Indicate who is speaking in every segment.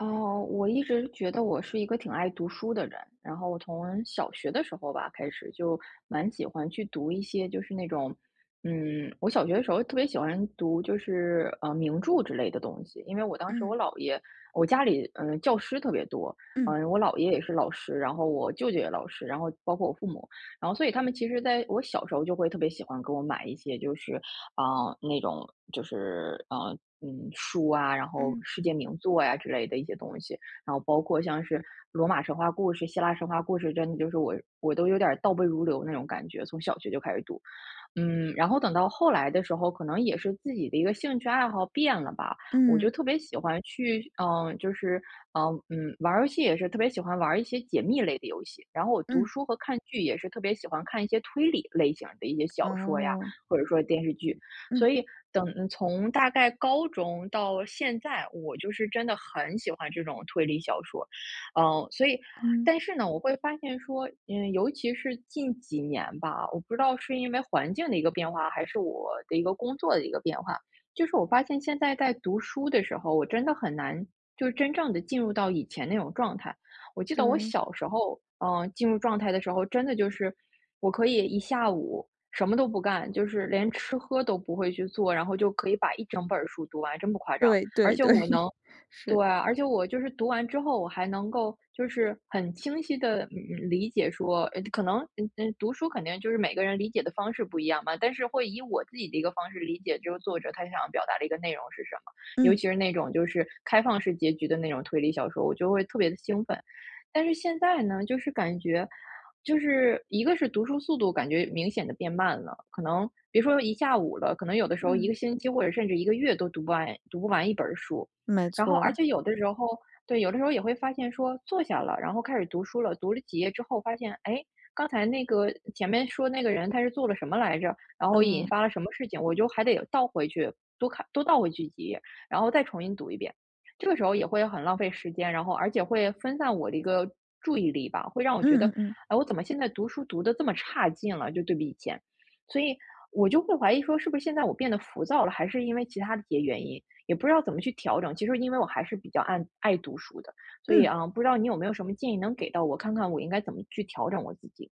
Speaker 1: 哦，我一直觉得我是一个挺爱读书的人，然后我从小学的时候吧开始就蛮喜欢去读一些就是那种，我小学的时候特别喜欢读就是名著之类的东西，因为我当时
Speaker 2: 嗯
Speaker 1: 我姥爷，我家里教师特别多，
Speaker 2: 嗯
Speaker 1: 我姥爷也是老师，然后我舅舅也老师，然后包括我父母，然后所以他们其实在我小时候就会特别喜欢给我买一些就是啊，那种就是书啊，然后
Speaker 2: 嗯
Speaker 1: 世界名作呀之类的一些东西，然后包括像是罗马神话故事、希腊神话故事，真的就是我都有点儿倒背如流那种感觉，从小学就开始读。然后等到后来的时候，可能也是自己的一个兴趣爱好变了吧，我就
Speaker 2: 嗯
Speaker 1: 特别喜欢去，玩儿游戏也是特别喜欢玩儿一些解密类的游戏，然后我读
Speaker 2: 嗯，
Speaker 1: 书和看剧也是特别喜欢看一些推理类型的一些小说呀，
Speaker 2: 哦，
Speaker 1: 或者说电视剧，
Speaker 2: 嗯
Speaker 1: 所以从大概高中到现在，我就是真的很喜欢这种推理小说，嗯、所以
Speaker 2: 嗯，
Speaker 1: 但是呢，我会发现说，尤其是近几年吧，我不知道是因为环境的一个变化，还是我的一个工作的一个变化，就是我发现现在在读书的时候，我真的很难，就是真正的进入到以前那种状态。我记得我
Speaker 2: 对
Speaker 1: 小时候，进入状态的时候，真的就是我可以一下午什么都不干，就是连吃喝都不会去做，然后就可以把一整本儿书读完，真不夸张。
Speaker 2: 对
Speaker 1: 而
Speaker 2: 对
Speaker 1: 且
Speaker 2: 对。
Speaker 1: 我能 对，
Speaker 2: 是。
Speaker 1: 而且我就是读完之后，我还能够就是很清晰的理解说，可能，读书肯定就是每个人理解的方式不一样嘛，但是会以我自己的一个方式理解，就是作者他想要表达的一个内容是什么。尤
Speaker 2: 嗯
Speaker 1: 其是那种就是开放式结局的那种推理小说，我就会特别的兴奋。但是现在呢，就是感觉就是一个是读书速度感觉明显的变慢了，可能别说一下午了，可能有的时候一
Speaker 2: 嗯，
Speaker 1: 个星期或者甚至一个月都读不完一本儿书。
Speaker 2: 没
Speaker 1: 然
Speaker 2: 错
Speaker 1: 后而
Speaker 2: 儿。
Speaker 1: 且有的时候对，有的时候也会发现说坐下了，然后开始读书了，读了几页之后发现，哎，刚才那个前面说那个人他是做了什么来着，然后引
Speaker 2: 嗯
Speaker 1: 发了什么事情，我就还得倒回去，多看多倒回去几页，然后再重新读一遍。这个时候也会很浪费时间，然后而且会分散我的一个注意力吧，会让我觉得，
Speaker 2: 嗯嗯嗯
Speaker 1: 哎，我怎么现在读书读的这么差劲了，就对比以前。所以我就会怀疑说，是不是现在我变得浮躁了，还是因为其他的一些原因？也不知道怎么去调整。其实因为我还是比较爱读书的，所以
Speaker 2: 嗯。
Speaker 1: 啊，不知道你有没有什么建议能给到我，看看我应该怎么去调整我自己？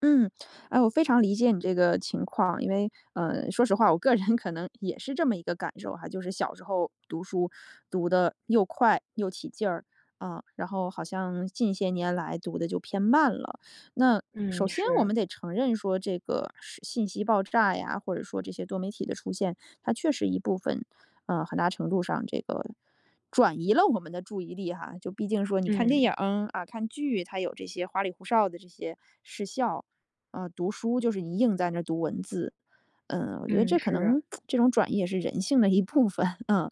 Speaker 2: 嗯，哎，我非常理解你这个情况，因为，说实话，我个人 可能也是这么一个感受哈。就是小时候读书读的又快又起劲儿啊，然后好像近些年来读的就偏慢了。那首
Speaker 1: 嗯，
Speaker 2: 先我
Speaker 1: 是，
Speaker 2: 们得承认说，这个是信息爆炸呀，或者说这些多媒体的出现，它确实一部分，嗯，很大程度上这个转移了我们的注意力哈。就毕竟说你看电
Speaker 1: 嗯，
Speaker 2: 影儿啊、看剧，它有这些花里胡哨的这些视效。啊、读书就是你硬在那儿读文字，嗯，我觉得
Speaker 1: 嗯，
Speaker 2: 这可
Speaker 1: 是，
Speaker 2: 能 这种转移也是人性的一部分。嗯。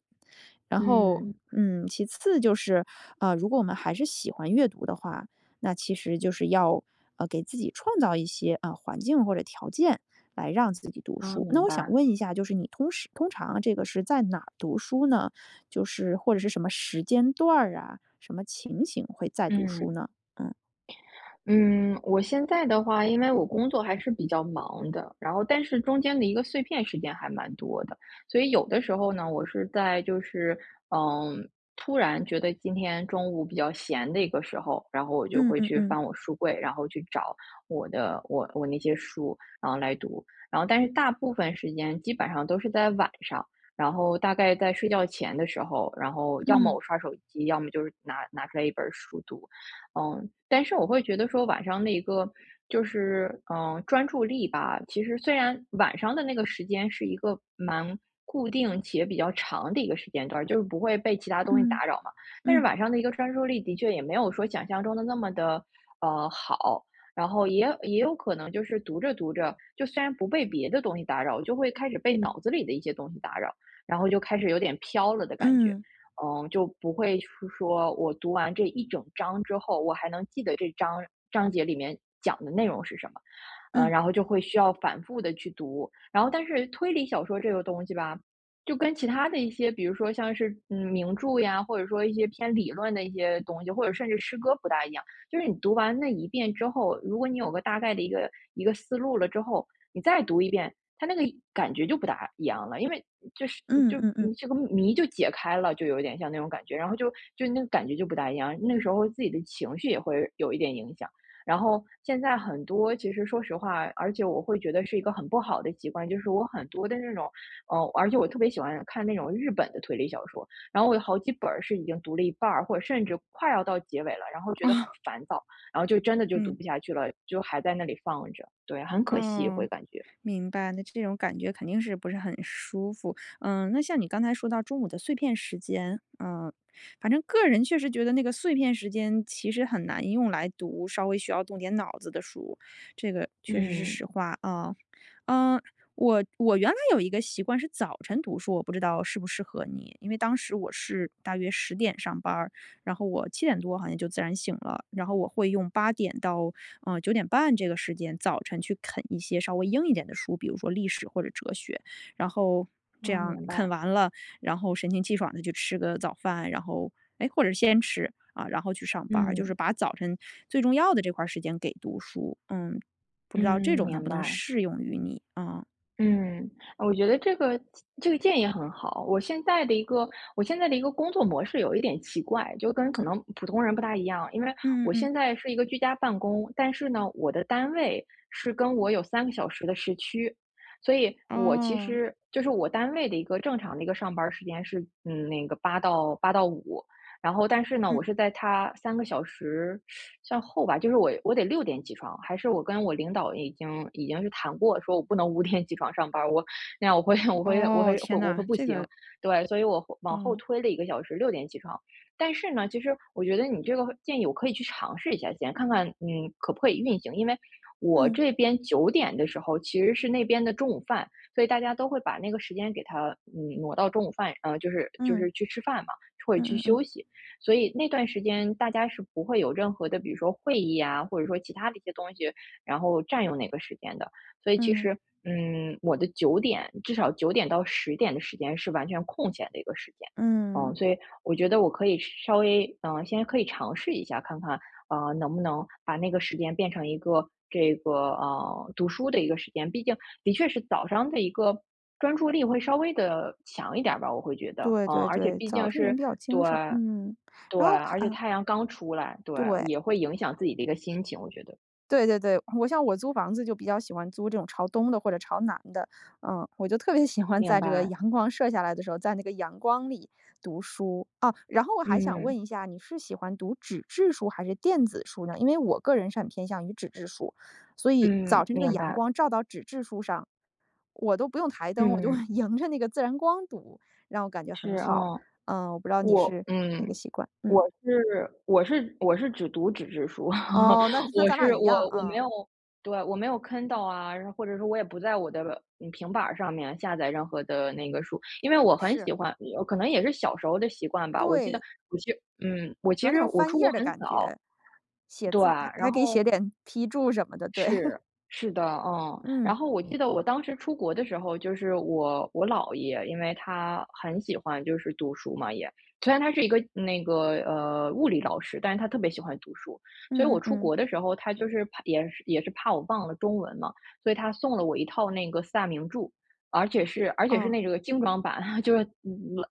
Speaker 2: 然后，
Speaker 1: 嗯，
Speaker 2: 嗯，其次就是，如果我们还是喜欢阅读的话，那其实就是要给自己创造一些啊、环境或者条件来让自己读
Speaker 1: 啊，
Speaker 2: 书。那
Speaker 1: 明
Speaker 2: 我想
Speaker 1: 白，
Speaker 2: 问一下，就是你通常啊这个是在哪儿读书呢？就是或者是什么时间段儿啊，什么情形会在读书
Speaker 1: 嗯。
Speaker 2: 呢？嗯
Speaker 1: 嗯，我现在的话，因为我工作还是比较忙的，然后但是中间的一个碎片时间还蛮多的，所以有的时候呢，我是在嗯，突然觉得今天中午比较闲的一个时候，然后我就
Speaker 2: 嗯
Speaker 1: 会去
Speaker 2: 嗯
Speaker 1: 翻我书柜，然后去找我的我我那些书，然后来读，然后但是大部分时间基本上都是在晚上。然后大概在睡觉前的时候，然后要么
Speaker 2: 嗯
Speaker 1: 我刷手机，要么就是拿出来一本书读，但是我会觉得说晚上那一个就是，专注力吧，其实虽然晚上的那个时间是一个蛮固定且比较长的一个时间段儿，就是不会被其他东西
Speaker 2: 嗯
Speaker 1: 打扰嘛，但
Speaker 2: 嗯
Speaker 1: 是
Speaker 2: 嗯
Speaker 1: 晚上的一个专注力的确也没有说想象中的那么的好。然后也有可能就是读着读着，就虽然不被别的东西打扰，就会开始被脑子里的一些东西打扰，然后就开始有点飘了的感觉。
Speaker 2: 嗯
Speaker 1: 嗯，就不会说我读完这一整章之后，我还能记得这章节里面讲的内容是什么，
Speaker 2: 嗯嗯
Speaker 1: 然后就会需要反复的去读。然后，但是推理小说这个东西吧，就跟其他的一些，比如说像是名著呀，或者说一些偏理论的一些东西，或者甚至诗歌不大一样。就是你读完那一遍之后，如果你有个大概的一个思路了之后，你再读一遍，它那个感觉就不大一样了，因为就是
Speaker 2: 嗯
Speaker 1: 就
Speaker 2: 嗯嗯，
Speaker 1: 嗯这个谜就解开了，就有点像那种感觉，然后就那个感觉就不大一样，那个时候自己的情绪也会有一点影响。然后现在很多其实说实话，而且我会觉得是一个很不好的习惯，就是我很多的那种，而且我特别喜欢看那种日本的推理小说，然后我有好几本儿是已经读了一半儿，或者甚至快要到结尾了，然后觉得很
Speaker 2: 啊，
Speaker 1: 烦躁，然后就真的就读
Speaker 2: 嗯。
Speaker 1: 不下去了，就还在那里放着，对，很可惜会
Speaker 2: 嗯，
Speaker 1: 感觉，
Speaker 2: 明白。那这种感觉肯定是不是很舒服。嗯，那像你刚才说到中午的碎片时间，嗯，反正个人确实觉得那个碎片时间其实很难用来读稍微需要动点脑子的书，这个确实是
Speaker 1: 嗯，
Speaker 2: 实话啊。嗯，我原来有一个习惯是早晨读书，我不知道适不适合你，因为当时我是大约10点上班儿，然后我7点多好像就自然醒了，然后我会用8点到，呃9点半这个时间，早晨去啃一些稍微硬一点的书，比如说历史或者哲学，然后这
Speaker 1: 啊，
Speaker 2: 样
Speaker 1: 明
Speaker 2: 啃
Speaker 1: 白，
Speaker 2: 完了，然后神清气爽的去吃个早饭，然后哎或者先吃，啊，然后去上班儿就是
Speaker 1: 嗯。
Speaker 2: 把早晨最重要的这块儿时间给读书。嗯，不知道这
Speaker 1: 嗯，
Speaker 2: 种能
Speaker 1: 明
Speaker 2: 不能
Speaker 1: 白。
Speaker 2: 适用于你，啊。
Speaker 1: 嗯，我觉得这个建议很好。我现在的一个工作模式有一点奇怪，就跟可能普通人不大一样。因为
Speaker 2: 嗯嗯
Speaker 1: 我
Speaker 2: 嗯，
Speaker 1: 现在是一个居家办公，但是呢，我的单位是跟我有3个小时的时区，所以我其
Speaker 2: 哦，
Speaker 1: 实就是我单位的一个正常的一个上班时间是，那个八到五，然后但是呢，
Speaker 2: 嗯。
Speaker 1: 我是在他3个小时算后吧，就是我得六点起床，还是我跟我领导已经是谈过，说我不能5点起床上班儿，我那样我会 我会我
Speaker 2: 哦，
Speaker 1: 会
Speaker 2: 天
Speaker 1: 会我会
Speaker 2: 呐，
Speaker 1: 不
Speaker 2: 这
Speaker 1: 行，
Speaker 2: 个
Speaker 1: 对，所以我后往后
Speaker 2: 哦，
Speaker 1: 推了1个小时，六点起床。但是呢，其实我觉得你这个建议我可以去尝试一下，先看看可不可以运行，因为我
Speaker 2: 嗯，
Speaker 1: 这边9点的时候其实是那边的中午饭，所以大家都会把那个时间给它挪到中午饭，就是就
Speaker 2: 嗯，
Speaker 1: 是去吃饭嘛，或者
Speaker 2: 嗯
Speaker 1: 去
Speaker 2: 嗯嗯，嗯
Speaker 1: 休息。所以那段时间大家是不会有任何的，比如说会议啊，或者说其他的一些东西，然后占用那个时间的。所以其
Speaker 2: 嗯。
Speaker 1: 实，嗯，我的至少9点到10点的时间是完全空闲的一个时间。
Speaker 2: 嗯，
Speaker 1: 所以我觉得我可以稍微，先可以尝试一下，看看，能不能把那个时间变成一个读书的一个时间。毕竟的确是早上的一个专注力会稍微的强一点儿吧，我会觉得，
Speaker 2: 对
Speaker 1: 嗯，
Speaker 2: 对
Speaker 1: 而且
Speaker 2: 对，
Speaker 1: 毕
Speaker 2: 早
Speaker 1: 竟
Speaker 2: 晨人
Speaker 1: 是
Speaker 2: 比较
Speaker 1: 对，
Speaker 2: 精神儿嗯。
Speaker 1: 对，
Speaker 2: 然后还
Speaker 1: 而且
Speaker 2: 嗯，
Speaker 1: 太阳刚出来，对，
Speaker 2: 对，
Speaker 1: 也会影响自己的一个心情，我觉得。
Speaker 2: 对对对，我像我租房子就比较喜欢租这种朝东的或者朝南的，嗯，我就特别喜欢
Speaker 1: 明
Speaker 2: 在这个
Speaker 1: 白，
Speaker 2: 阳光射下来的时候，在那个阳光里读书啊。然后我还想问
Speaker 1: 嗯，
Speaker 2: 一下，你是喜欢读纸质书还是电子书呢？因为我个人是很偏向于纸质书，所以早
Speaker 1: 嗯，
Speaker 2: 晨这个
Speaker 1: 明
Speaker 2: 阳
Speaker 1: 白，
Speaker 2: 光照到纸质书上，我都不用台灯，我就
Speaker 1: 嗯，
Speaker 2: 迎着那个自然光读，让我感觉很
Speaker 1: 是，
Speaker 2: 好。
Speaker 1: 嗯。
Speaker 2: 嗯，我不知道你
Speaker 1: 我
Speaker 2: 是哪个习惯。嗯，
Speaker 1: 我是只读纸质书，
Speaker 2: 哦，那 那
Speaker 1: 我
Speaker 2: 咱俩
Speaker 1: 是
Speaker 2: 一
Speaker 1: 我
Speaker 2: 样
Speaker 1: 我没
Speaker 2: 啊。
Speaker 1: 有对，我没有 k 到啊，然后或者说我也不在我的，平板儿上面下载任何的那个书，因为我很
Speaker 2: 是，
Speaker 1: 喜欢有可能也是小时候的习惯吧。我记得
Speaker 2: 对，
Speaker 1: 我其我
Speaker 2: 喜
Speaker 1: 其
Speaker 2: 欢那
Speaker 1: 实
Speaker 2: 种
Speaker 1: 我
Speaker 2: 翻
Speaker 1: 出
Speaker 2: 页
Speaker 1: 国
Speaker 2: 儿的
Speaker 1: 很
Speaker 2: 感
Speaker 1: 早，
Speaker 2: 觉，写
Speaker 1: 对，
Speaker 2: 字还还
Speaker 1: 然
Speaker 2: 可以
Speaker 1: 后
Speaker 2: 写点批注什么的，对。
Speaker 1: 是，是的，嗯。然
Speaker 2: 嗯
Speaker 1: 后我记得我当时出国的时候，就是我姥爷，因为他很喜欢就是读书嘛也，虽然他是一个那个物理老师，但是他特别喜欢读书，所以
Speaker 2: 嗯
Speaker 1: 我
Speaker 2: 嗯
Speaker 1: 出
Speaker 2: 嗯，
Speaker 1: 国的时候，他就是怕也是怕我忘了中文嘛，所以他送了我一套那个四大名著，而且是
Speaker 2: 哦，
Speaker 1: 那个精装版，就是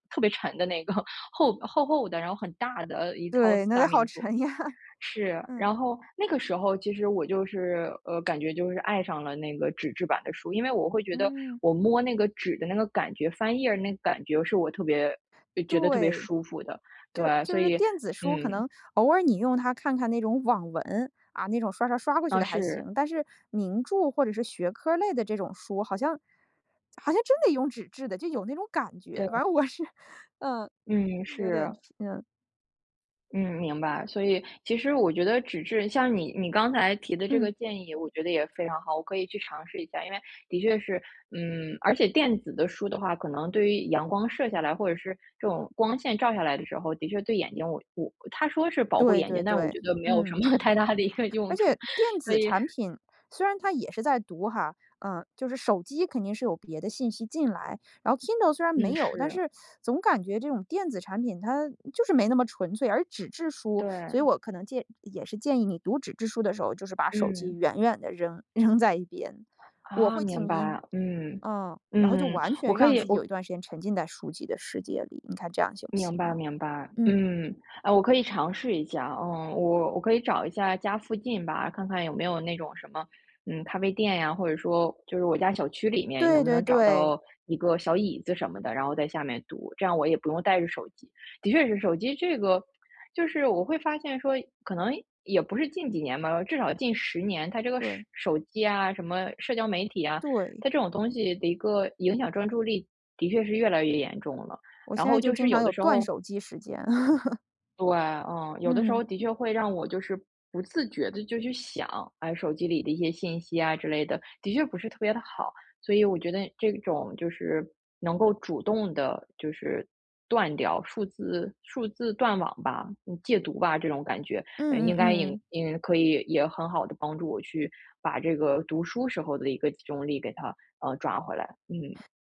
Speaker 1: 特别沉的那个 厚厚的，然后很大的一套
Speaker 2: 对，
Speaker 1: 四
Speaker 2: 那得
Speaker 1: 大
Speaker 2: 好
Speaker 1: 名著。
Speaker 2: 沉呀。
Speaker 1: 是，
Speaker 2: 嗯
Speaker 1: 然后那个时候其实我就是，感觉就是爱上了那个纸质版的书，因为我会觉得
Speaker 2: 嗯，
Speaker 1: 我摸那个纸的那个感觉，翻页儿那个感觉是我特别觉得特别
Speaker 2: 对。
Speaker 1: 舒服的，
Speaker 2: 就
Speaker 1: 对，
Speaker 2: 就
Speaker 1: 所
Speaker 2: 是
Speaker 1: 以，
Speaker 2: 电子书，可
Speaker 1: 嗯，
Speaker 2: 能偶尔你用它看看那种网文啊，那种刷刷刷过去
Speaker 1: 啊，
Speaker 2: 的还
Speaker 1: 是，
Speaker 2: 行，但是名著或者是学科类的这种书，好像好像真得用纸质的，就有那种感觉。
Speaker 1: 对，
Speaker 2: 反正我是，嗯、
Speaker 1: 嗯，
Speaker 2: 有点，
Speaker 1: 是。
Speaker 2: 嗯
Speaker 1: 嗯，明白。所以其实我觉得纸质，像你刚才提的这
Speaker 2: 嗯，
Speaker 1: 个建议，我觉得也非常好，我可以去尝试一下。因为的确是，嗯，而且电子的书的话，可能对于阳光射下来，或者是这种光线照下来的时候，的确对眼睛我他说是保护
Speaker 2: 对
Speaker 1: 眼
Speaker 2: 对
Speaker 1: 睛，但我
Speaker 2: 对，
Speaker 1: 觉得没有什
Speaker 2: 嗯。
Speaker 1: 么 太大的一个
Speaker 2: 而
Speaker 1: 用处。
Speaker 2: 且电
Speaker 1: 所
Speaker 2: 子
Speaker 1: 以，
Speaker 2: 产品虽然它也是在读哈，嗯，就是手机肯定是有别的信息进来，然后 Kindle 虽然没
Speaker 1: 嗯，
Speaker 2: 有，但
Speaker 1: 是，
Speaker 2: 是总感觉这种电子产品它就是没那么纯粹，而纸质书，所
Speaker 1: 对，
Speaker 2: 以我可能也是建议你读纸质书的时候，就是把手机
Speaker 1: 嗯，
Speaker 2: 远远的扔在一边，我
Speaker 1: 啊，
Speaker 2: 会
Speaker 1: 明
Speaker 2: 静音，
Speaker 1: 白，嗯。
Speaker 2: 嗯，然后就
Speaker 1: 嗯，
Speaker 2: 完
Speaker 1: 我
Speaker 2: 全
Speaker 1: 可
Speaker 2: 让
Speaker 1: 以，
Speaker 2: 自己有一
Speaker 1: 我
Speaker 2: 段时间沉浸在书籍的世界里，你看这样行不
Speaker 1: 明
Speaker 2: 行
Speaker 1: 白
Speaker 2: 啊？
Speaker 1: 明白，
Speaker 2: 嗯，
Speaker 1: 嗯，啊，我可以尝试一下。嗯，我可以找一下家附近吧，看看有没有那种什么，嗯，咖啡店呀，或者说就是我家小区里面
Speaker 2: 对
Speaker 1: 能不
Speaker 2: 对
Speaker 1: 能找
Speaker 2: 对，
Speaker 1: 到一个小椅子什么的，然后在下面读，这样我也不用带着手机。的确是手机这个，就是我会发现说，可能也不是近几年吧，至少近十年，它这个手
Speaker 2: 对，
Speaker 1: 手机啊，什么社交媒体啊，
Speaker 2: 对。
Speaker 1: 它这种东西的一个影响专注力，的确是越来越严重了。
Speaker 2: 我
Speaker 1: 然
Speaker 2: 现在
Speaker 1: 后
Speaker 2: 就
Speaker 1: 就
Speaker 2: 经
Speaker 1: 是
Speaker 2: 常
Speaker 1: 有
Speaker 2: 有
Speaker 1: 的时
Speaker 2: 断
Speaker 1: 候
Speaker 2: 手机时间。
Speaker 1: 对，嗯，有的时
Speaker 2: 嗯，
Speaker 1: 候的确会让我就是不自觉的就去想，哎，手机里的一些信息啊之类的，的确不是特别的好。所以我觉得这种就是能够主动的，就是断掉数字断网吧，嗯，戒毒吧这种感觉，嗯，
Speaker 2: 嗯嗯
Speaker 1: 应该也
Speaker 2: 嗯，
Speaker 1: 也可以也很好的帮助我去把这个读书时候的一个集中力给它，抓回来。嗯，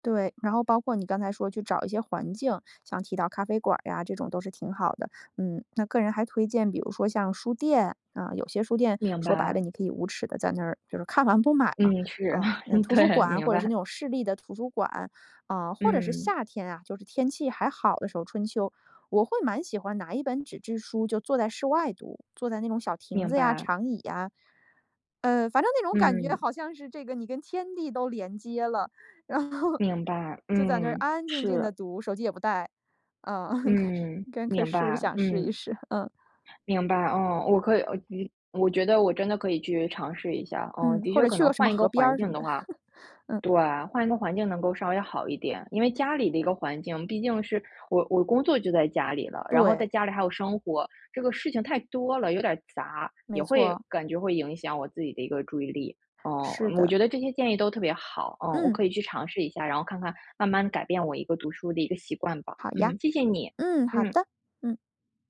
Speaker 2: 对。然后包括你刚才说去找一些环境，像提到咖啡馆呀，这种都是挺好的。嗯，那个人还推荐，比如说像书店，啊，有些书店
Speaker 1: 明
Speaker 2: 说白了，
Speaker 1: 白，
Speaker 2: 你可以无耻的在那儿就是看完不买嘛。
Speaker 1: 嗯，是，
Speaker 2: 啊，那 图书
Speaker 1: 对，
Speaker 2: 馆
Speaker 1: 明
Speaker 2: 或者是那
Speaker 1: 白，
Speaker 2: 种市立的图书馆，啊，或者是
Speaker 1: 嗯。
Speaker 2: 夏天啊，就是天气还好的时候，春秋，我会蛮喜欢拿一本纸质书就坐在室外读，坐在那种小亭
Speaker 1: 明
Speaker 2: 子呀、
Speaker 1: 白，
Speaker 2: 长椅呀，反正那种感觉
Speaker 1: 嗯，
Speaker 2: 好像是这个你跟天地都连接了，然后
Speaker 1: 明白，
Speaker 2: 就在那儿
Speaker 1: 嗯，
Speaker 2: 安安静静
Speaker 1: 是，
Speaker 2: 的读，手机也不带。嗯，可
Speaker 1: 嗯，
Speaker 2: 是
Speaker 1: 明
Speaker 2: 不是
Speaker 1: 白，
Speaker 2: 想试一
Speaker 1: 嗯，
Speaker 2: 试？嗯，
Speaker 1: 明白，嗯，我可以，我觉得我真的可以去尝试一下。嗯，
Speaker 2: 嗯，
Speaker 1: 的
Speaker 2: 或
Speaker 1: 确，
Speaker 2: 者
Speaker 1: 可
Speaker 2: 去
Speaker 1: 能
Speaker 2: 个什么
Speaker 1: 换一
Speaker 2: 河
Speaker 1: 个
Speaker 2: 边
Speaker 1: 环
Speaker 2: 儿什
Speaker 1: 境
Speaker 2: 么
Speaker 1: 的
Speaker 2: 的。
Speaker 1: 话，对，换一个环境能够稍微好一点，因为家里的一个环境，毕竟是我工作就在家里了，然后在
Speaker 2: 对，
Speaker 1: 家里还有生活，这个事情太多了，有点杂，也
Speaker 2: 没
Speaker 1: 会
Speaker 2: 错，
Speaker 1: 感觉会影响我自己的一个注意力。
Speaker 2: 是
Speaker 1: 嗯，我
Speaker 2: 的。
Speaker 1: 觉得这些建议都特别好，嗯，我
Speaker 2: 嗯，
Speaker 1: 可以去尝试一下，然后看看慢慢改变我一个读书的一个习惯吧。
Speaker 2: 好呀，
Speaker 1: 嗯，谢谢你，
Speaker 2: 嗯，好
Speaker 1: 嗯。
Speaker 2: 的，嗯。